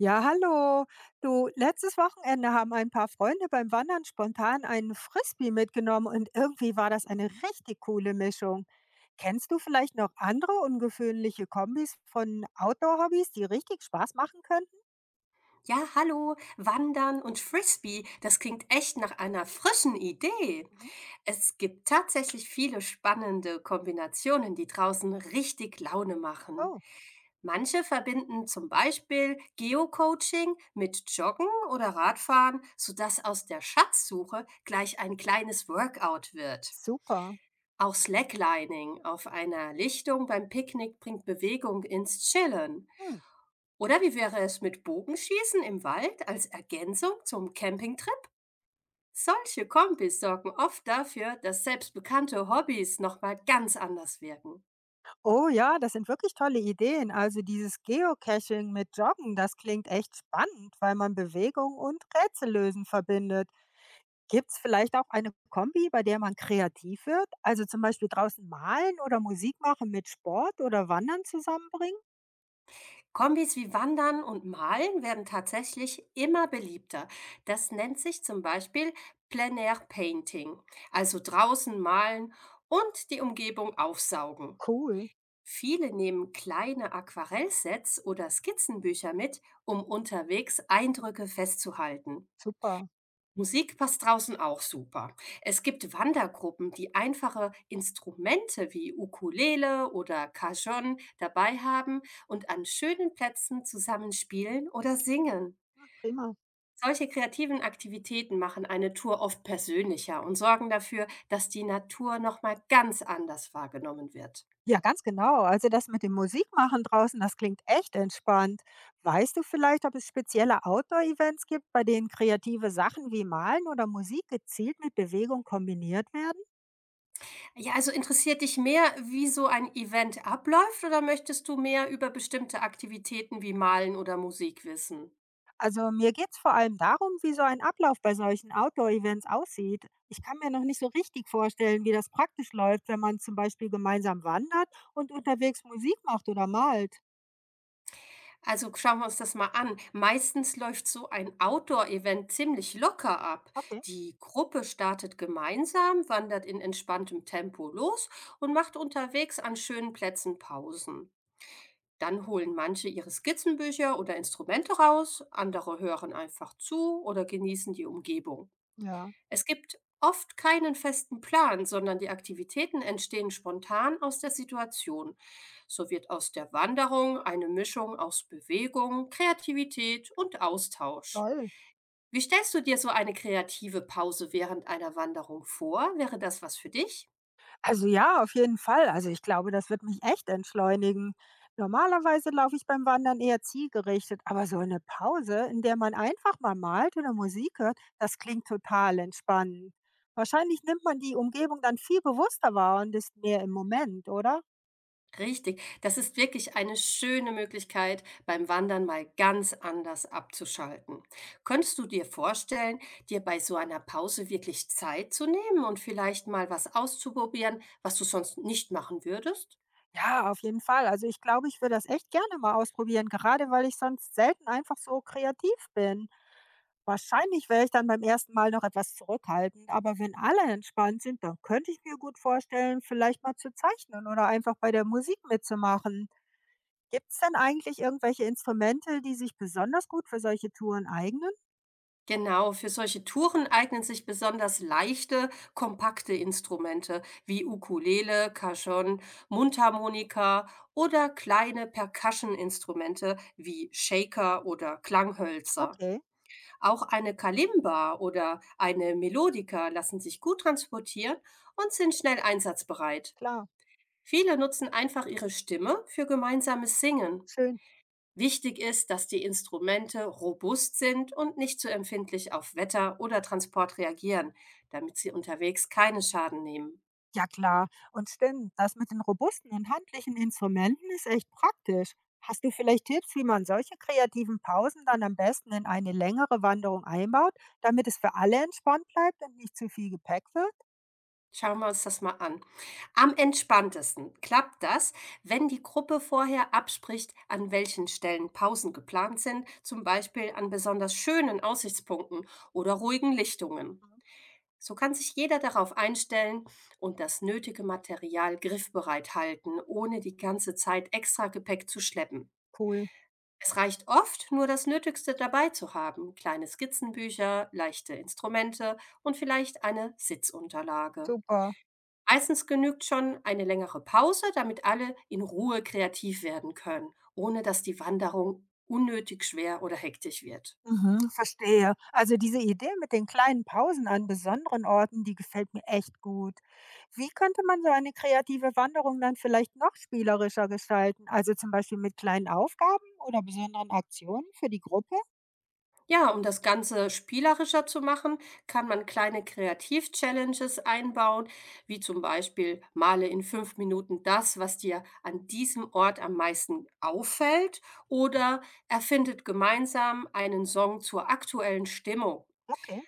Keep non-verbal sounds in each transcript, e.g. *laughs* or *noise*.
Ja, hallo. Du, letztes Wochenende haben ein paar Freunde beim Wandern spontan einen Frisbee mitgenommen und irgendwie war das eine richtig coole Mischung. Kennst du vielleicht noch andere ungewöhnliche Kombis von Outdoor-Hobbys, die richtig Spaß machen könnten? Ja, hallo, Wandern und Frisbee, das klingt echt nach einer frischen Idee. Mhm. Es gibt tatsächlich viele spannende Kombinationen, die draußen richtig Laune machen. Oh, Manche verbinden zum Beispiel Geocaching mit Joggen oder Radfahren, sodass aus der Schatzsuche gleich ein kleines Workout wird. super. Auch Slacklining auf einer Lichtung beim Picknick bringt Bewegung ins Chillen. Hm. Oder wie wäre es mit Bogenschießen im Wald als Ergänzung zum Campingtrip? Solche Kombis sorgen oft dafür, dass selbst bekannte Hobbys nochmal ganz anders wirken. Oh ja, das sind wirklich tolle Ideen. Also dieses Geocaching mit Joggen, das klingt echt spannend, weil man Bewegung und Rätsellösen verbindet. Gibt es vielleicht auch eine Kombi, bei der man kreativ wird? Also zum Beispiel draußen malen oder Musik machen mit Sport oder Wandern zusammenbringen? Kombis wie Wandern und Malen werden tatsächlich immer beliebter. Das nennt sich zum Beispiel Plein Air Painting, also draußen malen und die Umgebung aufsaugen. Cool, Viele nehmen kleine Aquarellsets oder Skizzenbücher mit, um unterwegs Eindrücke festzuhalten. super, Musik passt draußen auch super. Es gibt Wandergruppen, die einfache Instrumente wie Ukulele oder Cajon dabei haben und an schönen Plätzen zusammen spielen oder singen. ja, prima. Solche kreativen Aktivitäten machen eine Tour oft persönlicher und sorgen dafür, dass die Natur nochmal ganz anders wahrgenommen wird. Ja, ganz genau. Also das mit dem Musikmachen draußen, das klingt echt entspannt. Weißt du vielleicht, ob es spezielle Outdoor-Events gibt, bei denen kreative Sachen wie Malen oder Musik gezielt mit Bewegung kombiniert werden? Ja, also interessiert dich mehr, wie so ein Event abläuft oder möchtest du mehr über bestimmte Aktivitäten wie Malen oder Musik wissen? Also mir geht's vor allem darum, wie so ein Ablauf bei solchen Outdoor-Events aussieht. Ich kann mir noch nicht so richtig vorstellen, wie das praktisch läuft, wenn man zum Beispiel gemeinsam wandert und unterwegs Musik macht oder malt. Also schauen wir uns das mal an. Meistens läuft so ein Outdoor-Event ziemlich locker ab. Okay, Die Gruppe startet gemeinsam, wandert in entspanntem Tempo los und macht unterwegs an schönen Plätzen Pausen. Dann holen manche ihre Skizzenbücher oder Instrumente raus, andere hören einfach zu oder genießen die Umgebung. ja, Es gibt oft keinen festen Plan, sondern die Aktivitäten entstehen spontan aus der Situation. So wird aus der Wanderung eine Mischung aus Bewegung, Kreativität und Austausch. toll. Wie stellst du dir so eine kreative Pause während einer Wanderung vor? Wäre das was für dich? Also ja, auf jeden Fall. Also ich glaube, das wird mich echt entschleunigen. Normalerweise laufe ich beim Wandern eher zielgerichtet, aber so eine Pause, in der man einfach mal malt oder Musik hört, das klingt total entspannend. Wahrscheinlich nimmt man die Umgebung dann viel bewusster wahr und ist mehr im Moment, oder? Richtig. Das ist wirklich eine schöne Möglichkeit, beim Wandern mal ganz anders abzuschalten. Könntest du dir vorstellen, dir bei so einer Pause wirklich Zeit zu nehmen und vielleicht mal was auszuprobieren, was du sonst nicht machen würdest? Ja, auf jeden Fall. Also ich glaube, ich würde das echt gerne mal ausprobieren, gerade weil ich sonst selten einfach so kreativ bin. Wahrscheinlich wäre ich dann beim ersten Mal noch etwas zurückhaltend, aber wenn alle entspannt sind, dann könnte ich mir gut vorstellen, vielleicht mal zu zeichnen oder einfach bei der Musik mitzumachen. Gibt es denn eigentlich irgendwelche Instrumente, die sich besonders gut für solche Touren eignen? Genau, für solche Touren eignen sich besonders leichte, kompakte Instrumente wie Ukulele, Cajon, Mundharmonika oder kleine Percussion-Instrumente wie Shaker oder Klanghölzer. Okay, Auch eine Kalimba oder eine Melodica lassen sich gut transportieren und sind schnell einsatzbereit. klar, Viele nutzen einfach ihre Stimme für gemeinsames Singen. schön. Wichtig ist, dass die Instrumente robust sind und nicht zu empfindlich auf Wetter oder Transport reagieren, damit sie unterwegs keinen Schaden nehmen. Ja klar, und stimmt, das mit den robusten und handlichen Instrumenten ist echt praktisch. Hast du vielleicht Tipps, wie man solche kreativen Pausen dann am besten in eine längere Wanderung einbaut, damit es für alle entspannt bleibt und nicht zu viel Gepäck wird? Schauen wir uns das mal an. Am entspanntesten klappt das, wenn die Gruppe vorher abspricht, an welchen Stellen Pausen geplant sind, zum Beispiel an besonders schönen Aussichtspunkten oder ruhigen Lichtungen. So kann sich jeder darauf einstellen und das nötige Material griffbereit halten, ohne die ganze Zeit extra Gepäck zu schleppen. Cool, Es reicht oft, nur das Nötigste dabei zu haben, kleine Skizzenbücher, leichte Instrumente und vielleicht eine Sitzunterlage. super. Meistens genügt schon eine längere Pause, damit alle in Ruhe kreativ werden können, ohne dass die Wanderung unnötig schwer oder hektisch wird. Mhm, verstehe. Also diese Idee mit den kleinen Pausen an besonderen Orten, die gefällt mir echt gut. Wie könnte man so eine kreative Wanderung dann vielleicht noch spielerischer gestalten? Also zum Beispiel mit kleinen Aufgaben oder besonderen Aktionen für die Gruppe? Ja, um das Ganze spielerischer zu machen, kann man kleine Kreativ-Challenges einbauen, wie zum Beispiel male in 5 Minuten das, was dir an diesem Ort am meisten auffällt oder erfindet gemeinsam einen Song zur aktuellen Stimmung. Okay.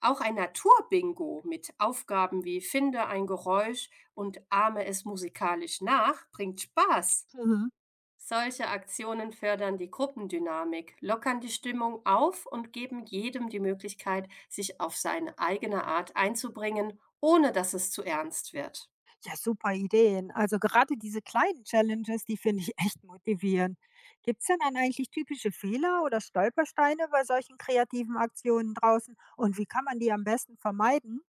Auch ein Naturbingo mit Aufgaben wie „Finde ein Geräusch und ahme es musikalisch nach“ bringt Spaß. Mhm. Solche Aktionen fördern die Gruppendynamik, lockern die Stimmung auf und geben jedem die Möglichkeit, sich auf seine eigene Art einzubringen, ohne dass es zu ernst wird. Ja, super Ideen. Also gerade diese kleinen Challenges, die finde ich echt motivierend. Gibt es denn dann eigentlich typische Fehler oder Stolpersteine bei solchen kreativen Aktionen draußen? Und wie kann man die am besten vermeiden?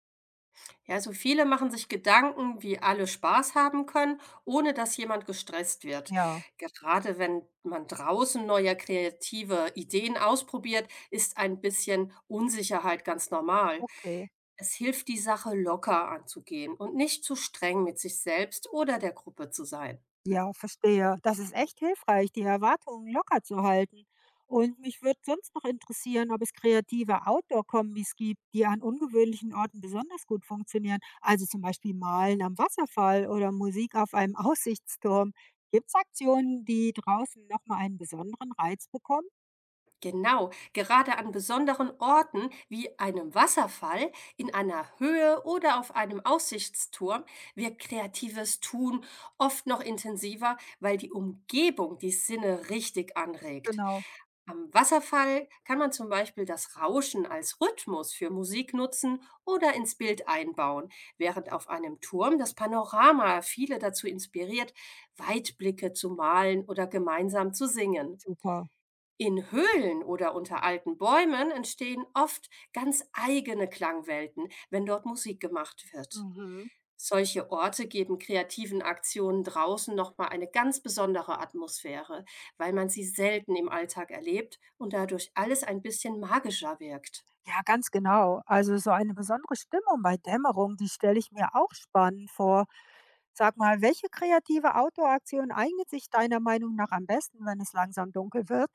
Ja, also viele machen sich Gedanken, wie alle Spaß haben können, ohne dass jemand gestresst wird. Ja, Gerade wenn man draußen neue kreative Ideen ausprobiert, ist ein bisschen Unsicherheit ganz normal. okay. Es hilft, die Sache locker anzugehen und nicht zu streng mit sich selbst oder der Gruppe zu sein. Ja, verstehe. Das ist echt hilfreich, die Erwartungen locker zu halten. Und mich würde sonst noch interessieren, ob es kreative Outdoor-Kombis gibt, die an ungewöhnlichen Orten besonders gut funktionieren. Also zum Beispiel Malen am Wasserfall oder Musik auf einem *laughs* Aussichtsturm. Gibt es Aktionen, die draußen nochmal einen besonderen Reiz bekommen? Genau, gerade an besonderen Orten wie einem Wasserfall, in einer Höhe oder auf einem Aussichtsturm wirkt kreatives Tun oft noch intensiver, weil die Umgebung die Sinne richtig anregt. Genau. Am Wasserfall kann man zum Beispiel das Rauschen als Rhythmus für Musik nutzen oder ins Bild einbauen, während auf einem Turm das Panorama viele dazu inspiriert, Weitblicke zu malen oder gemeinsam zu singen. Super. In Höhlen oder unter alten Bäumen entstehen oft ganz eigene Klangwelten, wenn dort Musik gemacht wird. Mhm. Solche Orte geben kreativen Aktionen draußen nochmal eine ganz besondere Atmosphäre, weil man sie selten im Alltag erlebt und dadurch alles ein bisschen magischer wirkt. Ja, ganz genau. Also so eine besondere Stimmung bei Dämmerung, die stelle ich mir auch spannend vor. Sag mal, welche kreative Outdoor-Aktion eignet sich deiner Meinung nach am besten, wenn es langsam dunkel wird?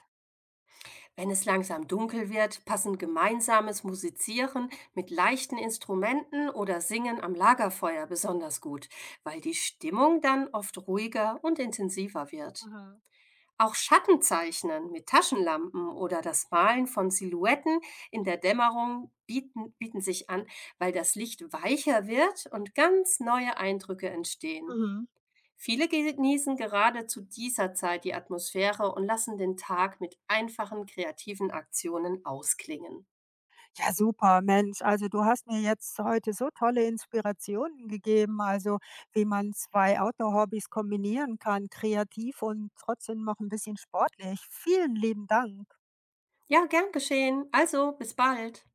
Wenn es langsam dunkel wird, passen gemeinsames Musizieren mit leichten Instrumenten oder Singen am Lagerfeuer besonders gut, weil die Stimmung dann oft ruhiger und intensiver wird. Mhm. Auch Schattenzeichnen mit Taschenlampen oder das Malen von Silhouetten in der Dämmerung bieten sich an, weil das Licht weicher wird und ganz neue Eindrücke entstehen. Mhm. Viele genießen gerade zu dieser Zeit die Atmosphäre und lassen den Tag mit einfachen kreativen Aktionen ausklingen. Ja, super, Mensch. Also du hast mir jetzt heute so tolle Inspirationen gegeben, also wie man zwei Outdoor-Hobbys kombinieren kann, kreativ und trotzdem noch ein bisschen sportlich. Vielen lieben Dank. Ja, gern geschehen. Also, bis bald.